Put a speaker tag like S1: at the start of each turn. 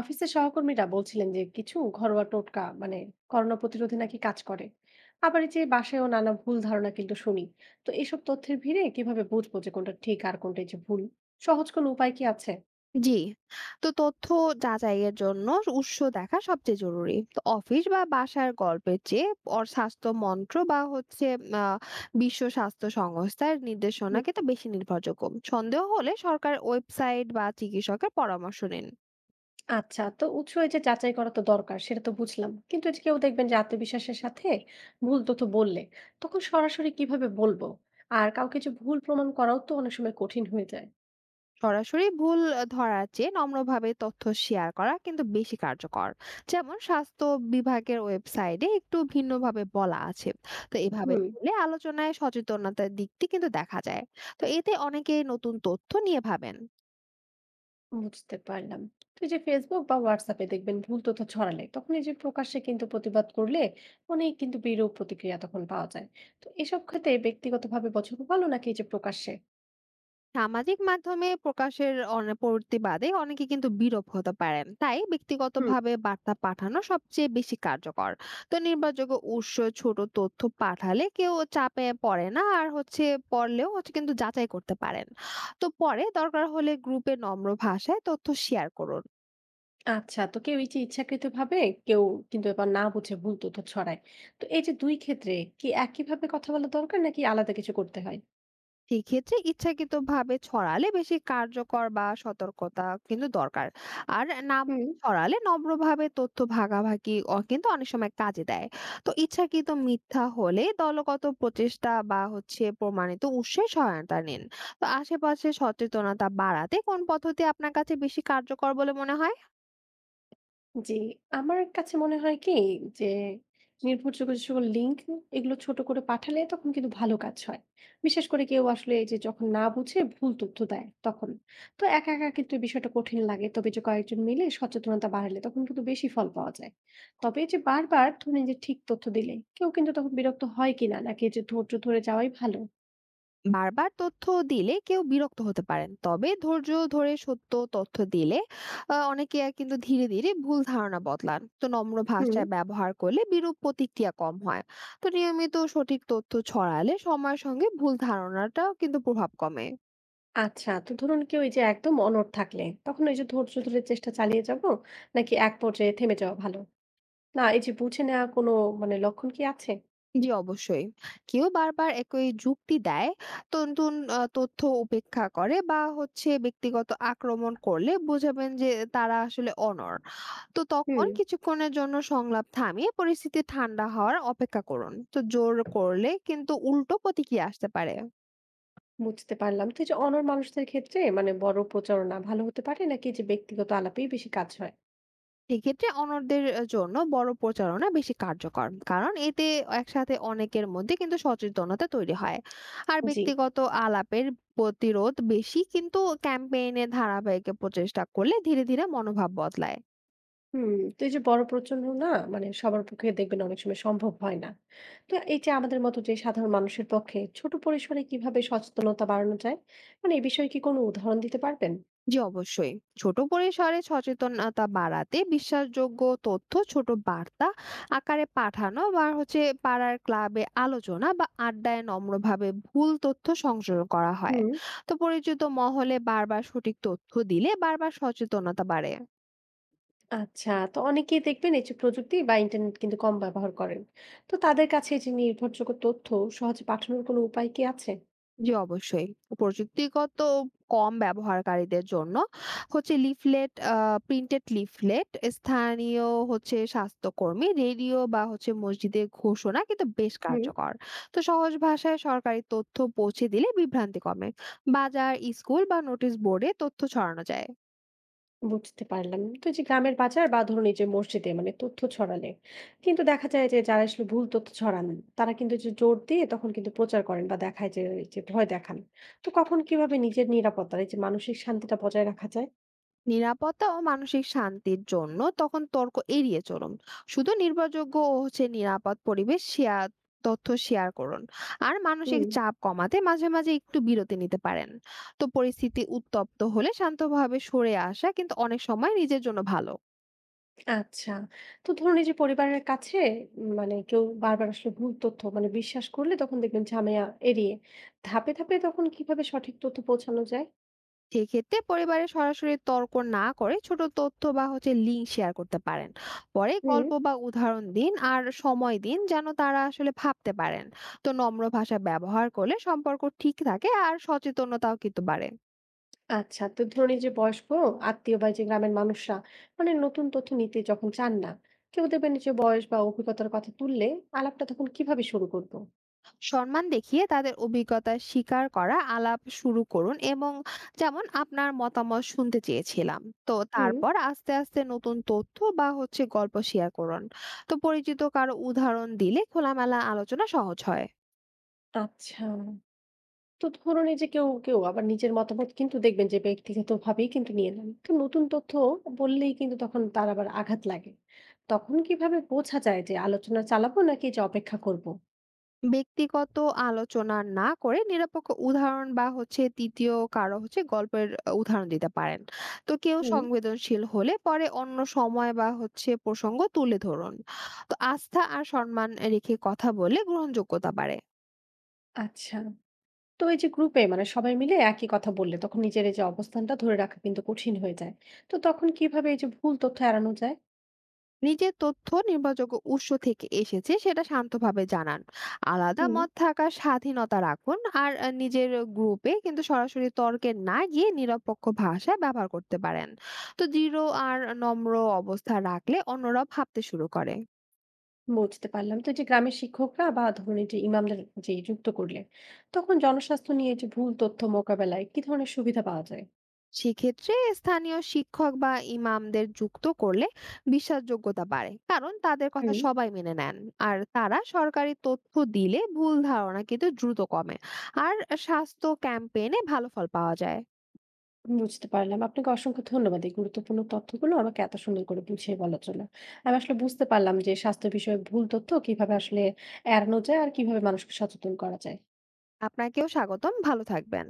S1: অফিসের সহকর্মীরা বলছিলেন যে কিছু ঘরোয়া টোটকা করোনা প্রতিরোধে নাকি কাজ করে। আবার এই যে বাসায়ও নানা ভুল ধারণা কিন্তু শুনি। তো এসব তথ্যের ভিড়ে কিভাবে বুঝবো যে কোনটা ঠিক আর কোনটা এই যে ভুল? সহজ কোনো উপায় কি আছে?
S2: জি। তো তথ্য যাচাইয়ের জন্য উৎস দেখা সবচেয়ে জরুরি। তো অফিস বা বাসার গল্পের চেয়ে স্বাস্থ্য মন্ত্র বা হচ্ছে আ বিশ্ব স্বাস্থ্য সংস্থার নির্দেশনা
S1: হুম,
S2: কিন্তু বেশি নির্ভরযোগ্য। সন্দেহ হলে সরকার ওয়েবসাইট বা চিকিৎসকের পরামর্শ নিন।
S1: আচ্ছা তো উৎস এই যে যাচাই করা তো দরকার সেটা তো বুঝলাম, কিন্তু এই যে কেউ দেখবেন যে আত্মবিশ্বাসের সাথে ভুল তথ্য বললে তখন সরাসরি কিভাবে বলবো? আর কাউকে যে ভুল প্রমাণ করাও তো অনেক সময় কঠিন হয়ে যায়।
S2: সরাসরি ভুল ধরার চেয়ে নম্রভাবে তথ্য শেয়ার করা কিন্তু বেশি কার্যকর। যেমন স্বাস্থ্য বিভাগের ওয়েবসাইটে একটু ভিন্নভাবে বলা আছে। তো এভাবে
S1: হুম,
S2: বলে আলোচনায় সচেতনতার দিকটি কিন্তু দেখা যায়। তো এতে অনেকেই নতুন তথ্য নিয়ে ভাবেন।
S1: বুঝতে পারলাম। তো এই যে Facebook বা WhatsApp এ দেখবেন ভুল তথ্য ছড়ালে তখন এই যে প্রকাশ্যে কিন্তু প্রতিবাদ করলে অনেক কিন্তু বিরূপ প্রতিক্রিয়া তখন পাওয়া যায়। তো এসব ক্ষেত্রে ব্যক্তিগতভাবে পছন্দ ভালো নাকি এই যে প্রকাশ্যে?
S2: সামাজিক মাধ্যমে প্রকাশের প্রতিবাদে অনেকে কিন্তু বিরূপ হতে পারেন, তাই
S1: হুম।
S2: ব্যক্তিগতভাবে বার্তা পাঠানো সবচেয়ে বেশি কার্যকর। তো নির্ভরযোগ্য উৎস ছোট তথ্য পাঠালে কেউ চাপে পড়ে না, আর পড়লেও কিন্তু যাচাই করতে পারেন। তো পরে দরকার হলে গ্রুপে নম্র ভাষায় তথ্য শেয়ার করুন।
S1: আচ্ছা তো কেউ এই যে ইচ্ছাকৃতভাবে, কেউ কিন্তু এবার না বুঝে ভুল তথ্য ছড়ায়। তো এই যে ২ ক্ষেত্রে কি একইভাবে কথা বলা দরকার নাকি আলাদা কিছু করতে হয়?
S2: সেক্ষেত্রে ইচ্ছাকৃতভাবে ছড়ালে বেশি কার্যকর বা সতর্কতা কিন্তু দরকার। আর না
S1: হুম।
S2: ছড়ালে নম্রভাবে তথ্য ভাগাভাগি কিন্তু অনেক সময় কাজে দেয়। তো ইচ্ছাকৃত মিথ্যা হলে দলগত প্রচেষ্টা বা প্রমাণিত উৎসে সহায়তা নিন। তো আশেপাশে সচেতনতা বাড়াতে কোন পদ্ধতি আপনার কাছে বেশি কার্যকর বলে মনে হয়?
S1: জি, আমার কাছে মনে হয় কি যে নির্ভরযোগ্য যে সকল লিঙ্ক এগুলো ছোট করে পাঠালে তখন কিন্তু ভালো কাজ হয়। বিশেষ করে কেউ আসলে এই যে যখন না বুঝে ভুল তথ্য দেয় তখন। তো একা একা কিন্তু এই বিষয়টা কঠিন লাগে। তবে যে কয়েকজন মিলে সচেতনতা বাড়ালে তখন কিন্তু বেশি ফল পাওয়া যায়। তবে এই যে বারবার ধরুন এই যে ঠিক তথ্য দিলে কেউ কিন্তু তখন বিরক্ত হয় কিনা, নাকি এই যে ধৈর্য ধরে যাওয়াই ভালো?
S2: বারবার তথ্য দিলে কেউ বিরক্ত হতে পারেন, তবে ধৈর্য ধরে সত্য তথ্য দিলে অনেকে আর কিন্তু ধীরে ধীরে ভুল ধারণা বদলান। তো নম্র
S1: হুম।
S2: ভাষায় ব্যবহার করলে বিরূপ প্রতিক্রিয়া কম হয়। তো নিয়মিত সঠিক তথ্য ছড়ালে সময়ের সঙ্গে ভুল ধারণাটাও কিন্তু প্রভাব কমে।
S1: আচ্ছা তো ধরুন কেউ এই যে একদম অনড় থাকলে তখন এই যে ধৈর্য ধরে চেষ্টা চালিয়ে যাব নাকি এক পর্যায়ে থেমে যাওয়া ভালো? না, এই যে বুঝে নেওয়া কোনো লক্ষণ কি আছে?
S2: জি অবশ্যই। কেউ বারবার একই যুক্তি দেয়, তো নতুন তথ্য উপেক্ষা করে বা ব্যক্তিগত আক্রমণ করলে বোঝাবেন যে তারা আসলে অনড়। তো তখন
S1: হুম।
S2: কিছুক্ষণের জন্য সংলাপ থামিয়ে পরিস্থিতি ঠান্ডা হওয়ার অপেক্ষা করুন। তো জোর করলে কিন্তু উল্টো প্রতিক্রিয়া আসতে পারে।
S1: বুঝতে পারলাম। তো এই যে অনড় মানুষদের ক্ষেত্রে বড় প্রচারণা ভালো হতে পারে নাকি এই যে ব্যক্তিগত আলাপেই বেশি কাজ হয়?
S2: সেক্ষেত্রে অন্যদের জন্য বড় প্রচারণা বেশি কার্যকর, কারণ এতে একসাথে অনেকের মধ্যে কিন্তু সচেতনতা তৈরি হয়। আর
S1: জি।
S2: ব্যক্তিগত আলাপের প্রতিরোধ বেশি, কিন্তু ক্যাম্পেইনে ধারাবাহিক প্রচেষ্টা করলে ধীরে ধীরে মনোভাব বদলায়।
S1: হুম, তো এই যে বড় প্রচারণা সবার পক্ষে দেখবেন অনেক সময় সম্ভব হয় না। তো এই যে আমাদের মতো যে সাধারণ মানুষের পক্ষে ছোট পরিসরে কিভাবে সচেতনতা বাড়ানো যায়? এই বিষয়ে কি কোনো উদাহরণ দিতে পারবেন?
S2: জি অবশ্যই। ছোট পরিসরে সচেতনতা বাড়াতে বিশ্বাসযোগ্য তথ্য ছোট বার্তা আকারে পাঠানো বা পাড়ার ক্লাবে আলোচনা বা আড্ডায় নম্রভাবে ভুল তথ্য সংশোধন করা হয়।
S1: হুম।
S2: তো পরিচিত মহলে বারবার সঠিক তথ্য দিলে বারবার সচেতনতা বাড়ে।
S1: আচ্ছা, তো অনেকেই দেখবেন এই যে প্রযুক্তি বা ইন্টারনেট কিন্তু কম ব্যবহার করেন। তো তাদের কাছে এই যে নির্ভরযোগ্য তথ্য সহজে পাঠানোর কোনো উপায় কি আছে?
S2: জি, অবশ্যই। প্রযুক্তিগত কম ব্যবহারকারীদের জন্য লিফলেট প্রিন্টেড লিফলেট, স্থানীয় স্বাস্থ্যকর্মী, রেডিও বা মসজিদের ঘোষণা কিন্তু বেশ
S1: হুম,
S2: কার্যকর। তো সহজ ভাষায় সরকারি তথ্য পৌঁছে দিলে বিভ্রান্তি কমে। বাজার, স্কুল বা নোটিশ বোর্ডে তথ্য ছড়ানো যায়।
S1: বুঝতে পারলাম। তো এই যে গ্রামের বাজার বা ধরুন এই যে মসজিদে তথ্য ছড়ালে কিন্তু দেখা যায় যে যারা আসলে ভুল তথ্য ছড়ান তারা কিন্তু যে জোর দিয়ে তখন কিন্তু প্রচার করেন বা দেখায় যে এই যে ভয় দেখান। তো কখন কিভাবে নিজের নিরাপত্তা এই যে মানসিক শান্তিটা বজায় রাখা যায়?
S2: নিরাপত্তা ও মানসিক শান্তির জন্য তখন তর্ক এড়িয়ে চলুন, শুধু নির্ভরযোগ্য ও নিরাপদ পরিবেশ শেয়ার তথ্য শেয়ার করুন। আর মানসিক
S1: হুম।
S2: চাপ কমাতে মাঝে মাঝে একটু বিরতি নিতে পারেন। তো পরিস্থিতি উত্তপ্ত হলে শান্তভাবে সরে আসা কিন্তু অনেক সময় নিজের জন্য ভালো।
S1: আচ্ছা। তো ধরুন এই যে পরিবারের কাছে কেউ বারবার আসলে ভুল তথ্য বিশ্বাস করলে তখন দেখবেন ঝামেলা এড়িয়ে ধাপে ধাপে তখন কিভাবে সঠিক তথ্য পৌঁছানো যায়?
S2: সেক্ষেত্রে পরিবারে সরাসরি তর্ক না করে ছোট তথ্য বা লিঙ্ক শেয়ার করতে পারেন। পরে
S1: হুম।
S2: গল্প বা উদাহরণ দিন, আর সময় দিন যেন তারা আসলে ভাবতে পারেন। তো নম্র ভাষা ব্যবহার করলে সম্পর্ক ঠিক থাকে, আর সচেতনতাও কিন্তু বাড়ে।
S1: আচ্ছা। তো ধরুন এই যে বয়স্ক আত্মীয় বা এই যে গ্রামের মানুষরা নতুন তথ্য নিতে যখন চান না, কেউ দেখবেন এই যে বয়স বা অভিজ্ঞতার কথা তুললে আলাপটা তখন কিভাবে শুরু করব?
S2: সম্মান দেখিয়ে তাদের অভিজ্ঞতা স্বীকার করা আলাপ শুরু করুন, এবং যেমন আপনার মতামত শুনতে চেয়েছিলাম। তো
S1: হুম।
S2: তারপর আস্তে আস্তে নতুন তথ্য বা গল্প শেয়ার করুন। তো পরিচিত কারো উদাহরণ দিলে খোলামেলা আলোচনা সহজ হয়।
S1: আচ্ছা। তো ধরুন এই যে কেউ কেউ আবার নিজের মতামত কিন্তু দেখবেন যে ব্যক্তিগতভাবেই কিন্তু নিয়ে নেন, তো নতুন তথ্য বললেই কিন্তু তখন তার আবার আঘাত লাগে। তখন কিভাবে বোঝা যায় যে আলোচনা চালাবো নাকি যে অপেক্ষা করব?
S2: ব্যক্তিগত আলোচনা না করে নিরপেক্ষ উদাহরণ বা তৃতীয় কারো গল্পের উদাহরণ দিতে পারেন। তো কেউ
S1: হুম।
S2: সংবেদনশীল হলে পরে অন্য সময় বা প্রসঙ্গ তুলে ধরুন। তো আস্থা আর সম্মান রেখে কথা বলে গ্রহণযোগ্যতা বাড়ে।
S1: আচ্ছা, তো এই যে গ্রুপে সবাই মিলে একই কথা বললে তখন নিজের এই যে অবস্থানটা ধরে রাখা কিন্তু কঠিন হয়ে যায়। তো তখন কিভাবে এই যে ভুল তথ্য এড়ানো যায়?
S2: নিজের তথ্য নির্ভরযোগ্য উৎস থেকে এসেছে সেটা শান্তভাবে জানান। আলাদা
S1: হুম,
S2: মত থাকার স্বাধীনতা রাখুন, আর নিজের গ্রুপে কিন্তু সরাসরি তর্কে না গিয়ে নিরপেক্ষ ভাষা ব্যবহার করতে পারেন। তো দৃঢ় আর নম্র অবস্থা রাখলে অন্যরা ভাবতে শুরু করে।
S1: বুঝতে পারলাম। তো এই যে গ্রামের শিক্ষকরা বা ধরুন এই যে ইমামদের যে যুক্ত করলে তখন জনস্বাস্থ্য নিয়ে যে ভুল তথ্য মোকাবেলায় কি ধরনের সুবিধা পাওয়া যায়?
S2: সেক্ষেত্রে স্থানীয় শিক্ষক বা ইমামদের যুক্ত করলে বিশ্বাসযোগ্যতা বাড়ে, কারণ তাদের কথা সবাই মেনে নেন। আর তারা সরকারি তথ্য দিলে ভুল ধারণা কিন্তু দ্রুত কমে। আর স্বাস্থ্য ক্যাম্পেইনে ভালো ফল পাওয়া যায়।
S1: বুঝতে পারলাম। আপনাকে অসংখ্য ধন্যবাদ এই গুরুত্বপূর্ণ তথ্যগুলো আমাকে এত সুন্দর করে বুঝিয়ে বলার জন্য। আমি আসলে বুঝতে পারলাম যে স্বাস্থ্য বিষয়ে ভুল তথ্য কিভাবে আসলে এড়ানো যায় আর কিভাবে মানুষকে সচেতন করা যায়।
S2: আপনাকেও স্বাগতম, ভালো থাকবেন।